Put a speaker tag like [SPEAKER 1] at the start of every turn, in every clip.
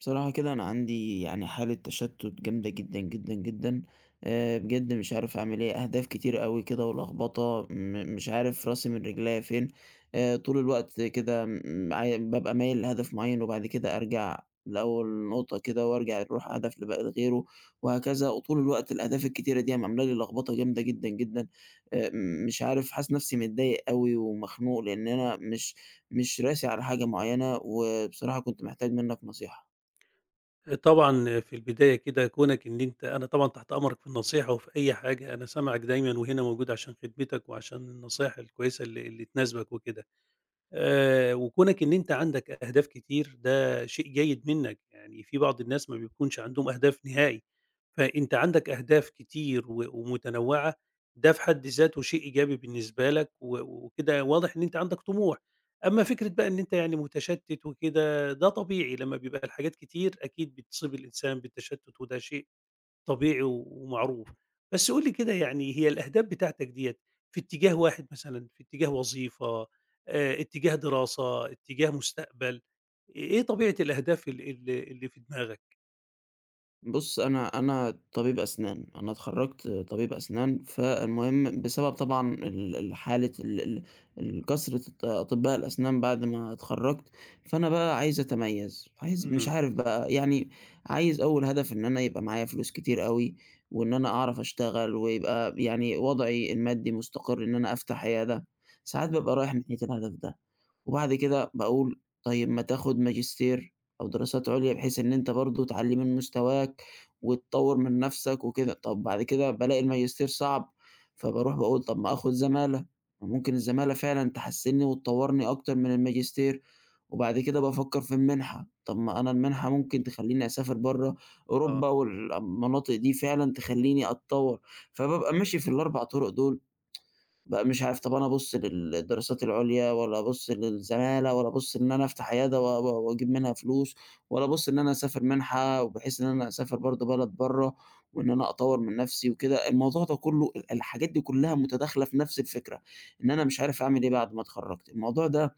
[SPEAKER 1] بصراحة كده أنا عندي يعني حالة تشتت جامدة جدًا، جدًا، جدًا، بجد مش عارف أعمل إيه، أهداف كتير أوي كده ولخبطة، مش عارف راسي من رجليّا فين. طول الوقت كده م عا بابقى مايل لهدف معيّن وبعد كده أرجع لأول نقطة كده وأرجع أروح هدف لغيره وهكذا، وطول الوقت الأهداف الكتيرة دي قام عاملة لي لخبطة جامدة جدًا، جدًا. آآ، مش عارف، حاسس نفسي متضايق أوي ومخنوق لإن أنا مش راسي على حاجة معيّنة، وبصراحة كنت محتاج منّك نصيحة.
[SPEAKER 2] طبعًا في البداية كده كونك إن أنت أنا طبعًا تحت أمرك في النصيحة وفي أي حاجة، أنا سامعك دايمًا وهنا موجود عشان خدمتك وعشان النصايح الكويسة اللي تناسبك وكده. وكونك إن أنت عندك أهداف كتير ده شيء جيد منّك، يعني في بعض الناس ما بيكونش عندهم أهداف نهائي. فأنت عندك أهداف كتير و ومتنوعة، ده في حد ذاته شيء إيجابي بالنسبة لك و وكده واضح إن أنت عندك طموح. أمّا فكرة بقى إن أنت يعني متشتت وكده، ده طبيعي لمّا بيبقى الحاجات كتير أكيد بتصيب الإنسان بالتشتت وده شيء طبيعي و- ومعروف. بس قُل لي كده يعني هي الأهداف بتاعتك ديّة في اتجاه واحد مثلًا، في اتجاه وظيفة، اتجاه دراسة، اتجاه مستقبل، إيه طبيعة الأهداف ال اللي في دماغك؟
[SPEAKER 1] بُص، أنا طبيب أسنان. أنا اتخرّجت طبيب أسنان، فالمهم بسبب طبعًا ال حالة ال ال ال كثرة أطباء الأسنان بعد ما اتخرّجت، فأنا بقى عايز أتميّز، عايز مش
[SPEAKER 2] إمم،
[SPEAKER 1] عارف بقى، يعني عايز أول هدف إن أنا يبقى معايا فلوس كتير أوي، وإن أنا أعرف أشتغل ويبقى يعني وضعي المادي مستقر، إن أنا أفتح عيادة. ساعات بابقى رايح من ناحية الهدف ده، وبعد كده باقول طيب ما تاخد ماجستير أو دراسات عُليا، بحيث إن أنت برضه تعلّي من مستواك وتطوّر من نَفْسك وكده. طَب بعد كده بالاقي الماجستير صعب، فباروح باقول طَب ما آخُد زمالة، ممكن الزمالة فعلًا تحسّنني وتطوّرني أكتر من الماجستير. وبعد كده بافكّر في المنحة، طَب ما أنا المنحة ممكن تخلّيني أسافر برّه أوروبا،
[SPEAKER 2] آه.
[SPEAKER 1] والمناطق دي فعلًا تخلّيني أتطوّر، فبابقى ماشي في ال4 طُرُق دول. بقى مش عارف، طَب أنا أبُص للدراسات العُليا والّا أبُص للزمالة والّا أبُص إن أنا أفتح عيادة و و وأجيب منها فلوس، والّا أبُص إن أنا أسافر مِنحة، وبحيث إن أنا أسافر برضه بلد برّه وإن أنا أطوّر من نَفْسي وكده. الموضوع ده كُلّه، الحاجات دي كُلّها متداخلة في نَفْس الفكرة، إن أنا مش عارف أعمل إيه بعد ما اتخرّجت. الموضوع ده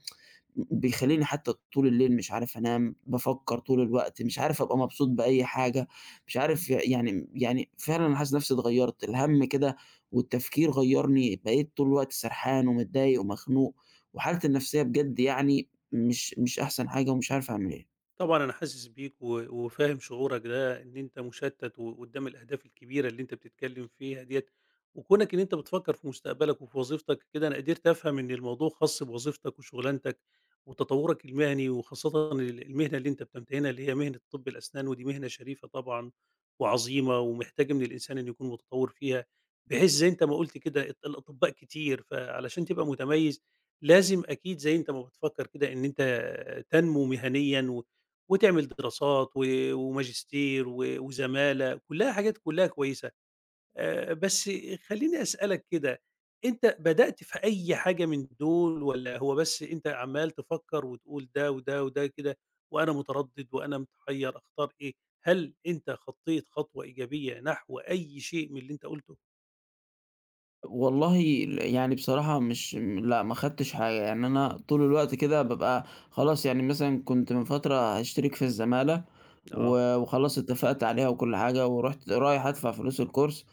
[SPEAKER 1] بيخلّيني حتى طول الليل مش عارف أنام، بافكّر طول الوقت، مش عارف أبقى مبسوط بأي حاجة، مش عارف، ي يعني يعني فعلًا أنا حاسس نَفْسي اتغيّرت. الهَم كده والتفكير غيّرني، بقيت طول الوقت سرحان ومتضايق ومخنوق، وحالتي النَفْسية بجد يعني مش أحسن حاجة ومش عارف أعمل إيه.
[SPEAKER 2] طبعًا أنا حاسس بيك و وفاهم شعورك ده، إن أنت مُشتَّت وقدّام الأهداف الكبيرة اللي أنت بتتكلّم فيها ديّة، وكونك إن أنت بتفكّر في مستقبلك وفي وظيفتك كده، أنا قدرت أفهم إن الموضوع خاص بوظيفتك وشغلانتك وتطوّرك المهني، وخاصةً ال المهنة اللي أنت بتمتهنها اللي هي مهنة طِبّ الأسنان، ودي مهنة شريفة طبعًا وعظيمة، ومحتاجة من الإنسان إنه يكون متطوّر فيها، بحيث زي أنت ما قُلت كده الأطباء كتير، فعلشان تبقى متميّز لازم أكيد زي أنت ما بتفكّر كده إن أنت تنمو مهنيًا و وتعمل دراسات و وماجستير و وزمالة، كلّها حاجات كلّها كويسة. بس خلّيني أسألك كده، أنت بدأت في أي حاجة من دول والّا هو بس أنت عمّال تفكّر وتقول ده وده وده كده وأنا متردد وأنا متحيّر أختار إيه؟ هل أنت خطّيت خطوة إيجابية نحو أي شيء من اللي أنت قُلته؟
[SPEAKER 1] والله يعني بصراحة مش، لأ، ما خدتش حاجة. يعني أنا طول الوقت كده بابقى خلاص، يعني مثلًا كنت من فترة هاشترك في الزمالة
[SPEAKER 2] آه،
[SPEAKER 1] و وخلاص اتفقت عليها وكل حاجة، ورُحت رايح أدفع فلوس الcourse.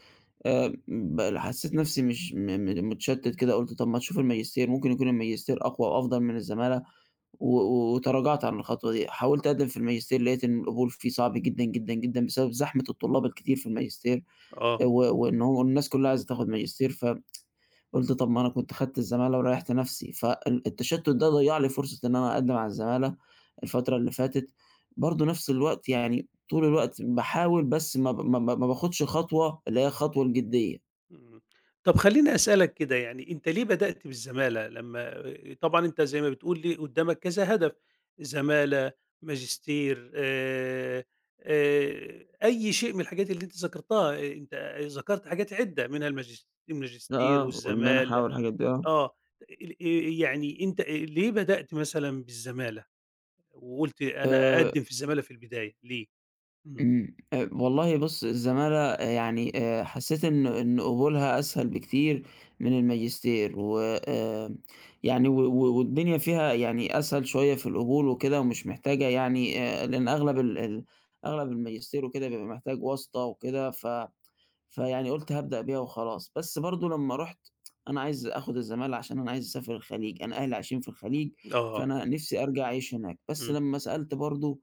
[SPEAKER 1] ب حسيت نفسي مش م م متشتت كده، قُلت طب ما تشوف الماجستير، ممكن يكون الماجستير أقوى وأفضل من الزمالة، و و- وتراجعت عن الخطوة دي. حاولت أقدم في الماجستير لقيت إن القبول فيه صعب جدًا، جدًا، جدًا، بسبب زحمة الطلاب الكتير في الماجستير. آه،
[SPEAKER 2] آه.
[SPEAKER 1] و وإن هو الناس كلها عايزة تاخد ماجستير. قُلت طب ما أنا كنت خدت الزمالة وريّحت نَفْسي، التشتُّت ده ضيّع لي فرصة إن أنا أقدّم على الزمالة الفترة اللي فاتت. برضه نَفْس الوقت يعني طول الوقت باحاول، بس ما ب ما ما ما باخدش خطوة، اللي هي الخطوة الجدية.
[SPEAKER 2] إمم. طب خلّيني أسألك كده يعني أنت ليه بدأت بالزمالة لمّا طبعًا أنت زي ما بتقول لي قدّامك كذا هدف، زمالة، ماجستير أي شيء من الحاجات اللي أنت ذكرتها، أنت ذكرت حاجات عدة منها الماجستير
[SPEAKER 1] آه، والمنحة
[SPEAKER 2] والزمالة
[SPEAKER 1] والحاجات دي، آه.
[SPEAKER 2] آه، ال يعني أنت ليه بدأت مثلًا بالزمالة وقُلت أنا
[SPEAKER 1] آآ
[SPEAKER 2] أقدّم في الزمالة في البداية ليه؟ إمم،
[SPEAKER 1] إمم، والله بُص، الزمالة يعني حسّيت إن قبولها أسهل بكتير من الماجستير، وآمم يعني و و والدنيا فيها يعني أسهل شوية في القبول وكده، ومش محتاجة يعني، لإن أغلب ال أغلب الماجستير وكده بيبقى محتاج واسطة وكده. فيعني قُلت هابدأ بيها وخلاص، بس برضه لمّا رُحت، أنا عايز آخُد الزمالة عشان أنا عايز أسافر الخليج، أنا أهلي عايشين في الخليج،
[SPEAKER 2] آه، آه.
[SPEAKER 1] فأنا نِفْسي أرجع أعيش هناك. بس
[SPEAKER 2] إمم،
[SPEAKER 1] لمّا سألت برضه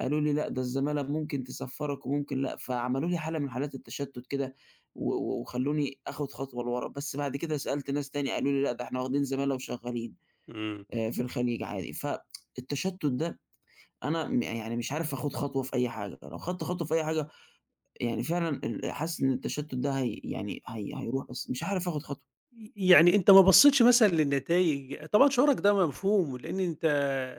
[SPEAKER 1] قالوا لي: "لأ، ده الزمالة ممكن تسفّرك وممكن لأ." فعملوا لي حالة من حالات التشتُّت كده و و وخلّوني آخُد خطوة لورا. بس بعد كده سألت ناس تاني قالوا لي: "لأ، ده إحنا واخدين زمالة وشغّالين
[SPEAKER 2] إمم.
[SPEAKER 1] في الخليج عادي." فالتشتُّت ده، أنا يعني مش عارف آخُد خطوة في أي حاجة، لو خدت خطوة في أي حاجة يعني فعلًا حاسس إن التشتُّت ده يعني هي هيروح، بس مش عارف آخُد خطوة.
[SPEAKER 2] يعني أنت ما بصّيتش مثلًا للنتايج طبعًا شعورك ده مفهوم، لإن أنت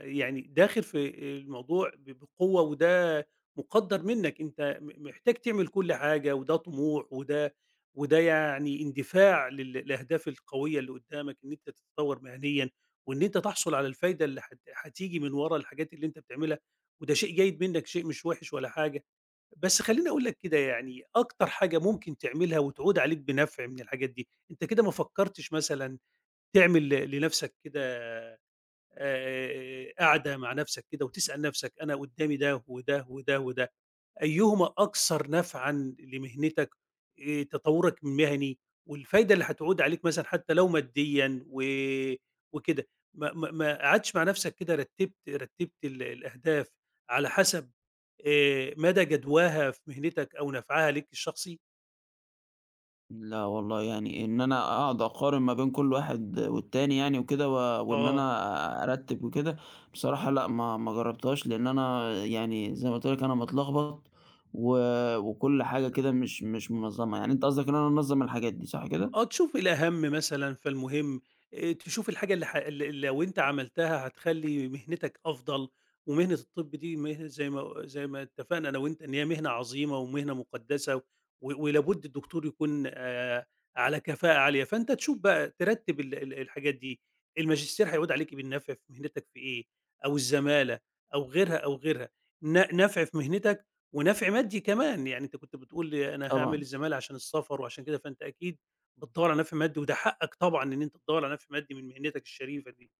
[SPEAKER 2] يعني داخل في الموضوع بقوة وده مُقدّر منّك، أنت محتاج تعمل كل حاجة وده طموح وده وده يعني اندفاع للأهداف القوية اللي قدّامك، إن أنت تتطوّر مهنيًا وإن أنت تحصل على الفايدة اللي هتيجي من ورا الحاجات اللي أنت بتعملها، وده شيء جيد منّك، شيء مش وِحِش ولا حاجة. بس خلّيني أقول لك كده يعني أكتر حاجة ممكن تعملها وتعود عليك بنفع من الحاجات دي، أنت كده ما فكّرتش مثلًا تعمل لنفسك كده قعدة مع نفسك كده وتسأل نفسك أنا قدّامي ده وده وده وده أيهما أكثر نفعًا لمهنتك، تطوّرك المهني والفايدة اللي هتعود عليك مثلًا حتى لو ماديًا و وكده. ما قعدتش مع نَفْسك كده رتّبت ال الأهداف على حسب مدى جدواها في مهنتك أو نفعها ليك الشخصي؟
[SPEAKER 1] لا والله، يعني إن أنا أقعد أقارن ما بين كل واحد والتاني، يعني وكده، وإن
[SPEAKER 2] آه.
[SPEAKER 1] أنا أرتِّب وكده، بصراحة لأ، ما جرّبتهاش، لإن أنا، يعني زي ما قُلت لك، أنا متلخبط، و وكل حاجة كده مش منظَّمة. يعني أنت قصدك إن أنا أنظَّم الحاجات دي، صح كده؟
[SPEAKER 2] آه، تشوف الأهم مثلًا، فالمهم تشوف الحاجة اللي ح ال لو أنت عملتها هتخلّي مهنتك أفضل، ومهنة الطب دي مهنة زي ما اتفقنا أنا وأنت إن هي مهنة عظيمة ومهنة مقدسة، ولابد الدكتور يكون على كفاءة عالية، فأنت تشوف بقى ترتّب ال الحاجات دي، الماجستير هيعود عليكِ بالنفع في مهنتك في إيه، أو الزمالة أو غيرها، أو غيرها، نفع في مهنتك ونفع مادي كمان، يعني أنت كنت بتقول لي أنا هاعمل
[SPEAKER 1] طبعًا.
[SPEAKER 2] الزمالة عشان السفر وعشان كده، فأنت أكيد بتدوّر على نفع مادي، وده حقك طبعًا إن أنت تدوّر على نفع مادي من مهنتك الشريفة دي.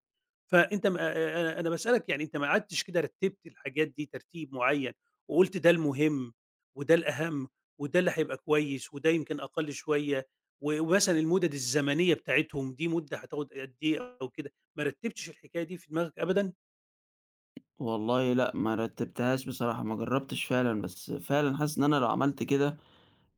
[SPEAKER 2] فأنت ما أنا باسألك يعني أنت ما قعدتش كده رتّبت الحاجات دي ترتيب معيّن، وقُلت ده المهم، وده الأهم، وده اللي هيبقى كويس، وده يمكن أقل شوية، و ومثلًا المُدَد الزمنية بتاعتهم دي مُدة هتاخد قد إيه أو كده، ما رتّبتش الحكاية دي في دماغك أبدًا؟
[SPEAKER 1] والله لأ، ما رتِّبتهاش بصراحة، ما جرّبتش فعلًا، بس فعلًا حاسس إن أنا لو عملت كده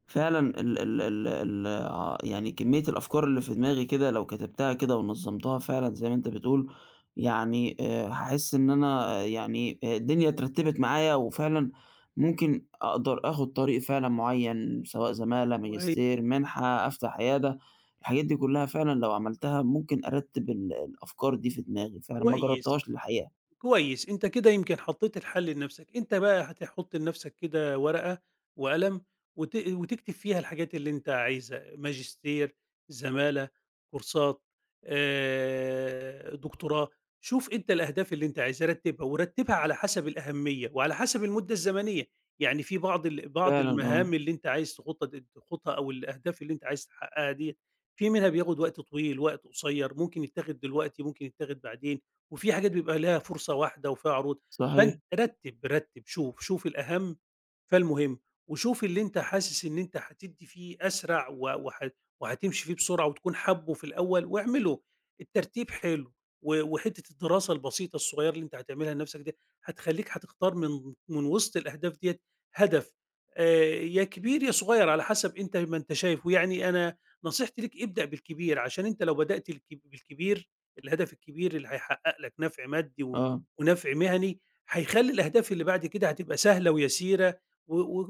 [SPEAKER 1] فعلًا، ال ال ال ال ع يعني كمية الأفكار اللي في دماغي كده لو كتبتها كده ونظمتها فعلًا زي ما أنت بتقول، يعني هاحس إن أنا، يعني، الدنيا اترتبت معايا، وفعلًا ممكن أقدر آخد طريق فعلًا معين، سواء زمالة،
[SPEAKER 2] وهي
[SPEAKER 1] ماجستير، منحة، أفتح عيادة، الحاجات دي كلها فعلًا لو عملتها ممكن أرتب الأفكار دي في دماغي فعلًا. ما
[SPEAKER 2] كويس.
[SPEAKER 1] جربتهاش الحقيقة.
[SPEAKER 2] كويس، أنت كده يمكن حطّيت الحل لنَفْسك، أنت بقى هتحُط لنَفْسك كده ورقة وقلم وت وتكتب فيها الحاجات اللي أنت عايزها، ماجستير، زمالة، كورسات، دكتوراه، شوف أنت الأهداف اللي أنت عايزها رتّبها، ورتّبها على حسب الأهمية وعلى حسب المدة الزمنية، يعني في بعض بعض
[SPEAKER 1] فعلًا، آه،
[SPEAKER 2] المهام اللي أنت عايز تخُطّها د تخوضها أو الأهداف اللي أنت عايز تحقّقها ديّة، في منها بياخُد وقت طويل، وقت قصيّر، ممكن يتاخد دلوقتي، ممكن يتاخد بعدين. وفي حاجات بيبقى لها فرصة واحدة وفيها عروض، فأن
[SPEAKER 1] صحيح،
[SPEAKER 2] رتّب، شوف الأهم فالمهم، وشوف اللي أنت حاسس إن أنت هتدّي فيه أسرع و وهتمشي فيه بسرعة وتكون حابّه في الأول واعمله، الترتيب حلو و وحتّة الدراسة البسيطة الصغيّرة اللي أنت هتعملها لنَفْسك ديّة هتخلّيك هتختار من وسط الأهداف ديّة هدف آآ يا كبير يا صغيّر على حسب أنت ما أنت شايف، ويعني أنا نصيحتي ليك ابدأ بالكبير، عشان أنت لو بدأت بالكبير الهدف الكبير اللي هيحقق لك نَفْع مادي و
[SPEAKER 1] آه،
[SPEAKER 2] ونَفْع مهني، هيخلّي الأهداف اللي بعد كده هتبقى سهلة ويسيرة و و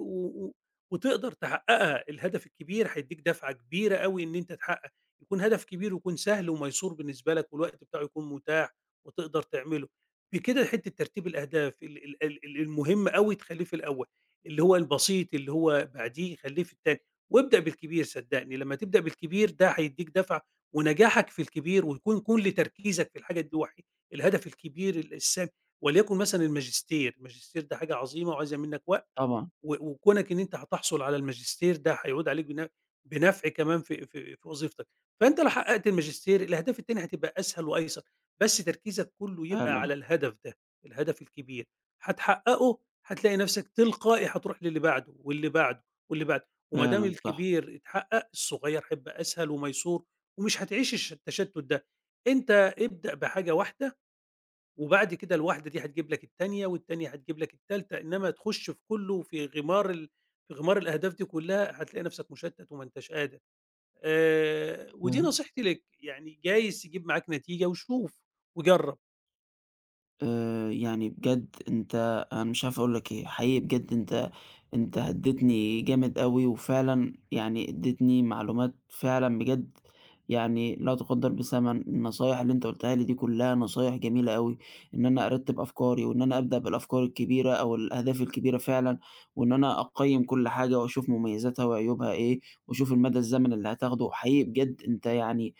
[SPEAKER 2] و وتقدر تحققها، الهدف الكبير هيدّيك دَفعة كبيرة أوي إن أنت تحقق يكون هدف كبير ويكون سهل وميسور بالنسبة لك والوقت بتاعه يكون متاح وتقدر تعمله. بكده حتّة ترتيب الأهداف ال المهم أوي تخلّيه في الأول، اللي هو البسيط اللي هو بعديه خلّيه في التاني، وابدأ بالكبير صدّقني، لمّا تبدأ بالكبير ده هيدّيك دَفعة ونجاحك في الكبير ويكون كل تركيزك في الحاجة الهدف الكبير السامي وليكن مثلًا الماجستير، الماجستير ده حاجة عظيمة وعايزة منّك وقت
[SPEAKER 1] طبعًا،
[SPEAKER 2] و وكونك إن أنت هتحصل على الماجستير ده هيعود عليك بنفع كمان في في وظيفتك، فأنت لو حققت الماجستير الأهداف التانية هتبقى أسهل وأيسر، بس تركيزك كله يبقى
[SPEAKER 1] فعلًا،
[SPEAKER 2] على الهدف ده، الهدف الكبير، هتحققه هتلاقي نفسك تلقائي هتروح للي بعده، واللي بعده، واللي بعده، وما دام
[SPEAKER 1] فعلًا صح،
[SPEAKER 2] الكبير اتحقق الصغير هيبقى أسهل وميسور، ومش هتعيش التشتت ده، أنت ابدأ بحاجة واحدة وبعد كده الواحدة دي هتجيب لك التانية، والتانية هتجيب لك التالتة، إنما تخش في كله في غمار ال في غمار الأهداف دي كلها هتلاقي نفسك مشتت وما أنتاش قادر. ودي
[SPEAKER 1] آه.
[SPEAKER 2] نصيحتي لك، يعني جايز تجيب معاك نتيجة وشوف وجرب،
[SPEAKER 1] يعني بجد، أنا مش عارف أقول لك إيه. حقيقي بجد أنت هدّيتني جامد أوي، وفعلًا يعني ادّيتني معلومات فعلًا بجد يعني لا تُقدّر بثمن. النصايح اللي أنت قُلتها لي دي كلّها نصايح جميلة أوي، إن أنا أرتّب أفكاري، وإن أنا أبدأ بالأفكار الكبيرة أو الأهداف الكبيرة فعلًا، وإن أنا أقيّم كل حاجة وأشوف مميزاتها وعيوبها إيه، وأشوف المدى الزمني اللي هتاخده. حقيقي بجد أنت، يعني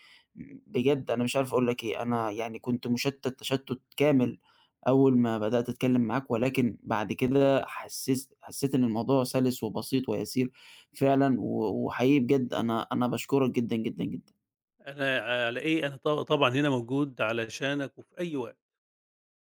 [SPEAKER 1] بجد أنا مش عارف أقول لك إيه. أنا يعني كنت مُشتّت تشتُّت كامل أول ما بدأت أتكلم معاك، ولكن بعد كده حسيت إن الموضوع سَلِس وبسيط ويسير فعلًا، وحقيقي بجد أنا باشكرك جدًا، جدًا، جدًا.
[SPEAKER 2] أنا على إيه أنا طبعًا هنا موجود علشانك وفي أي وقت.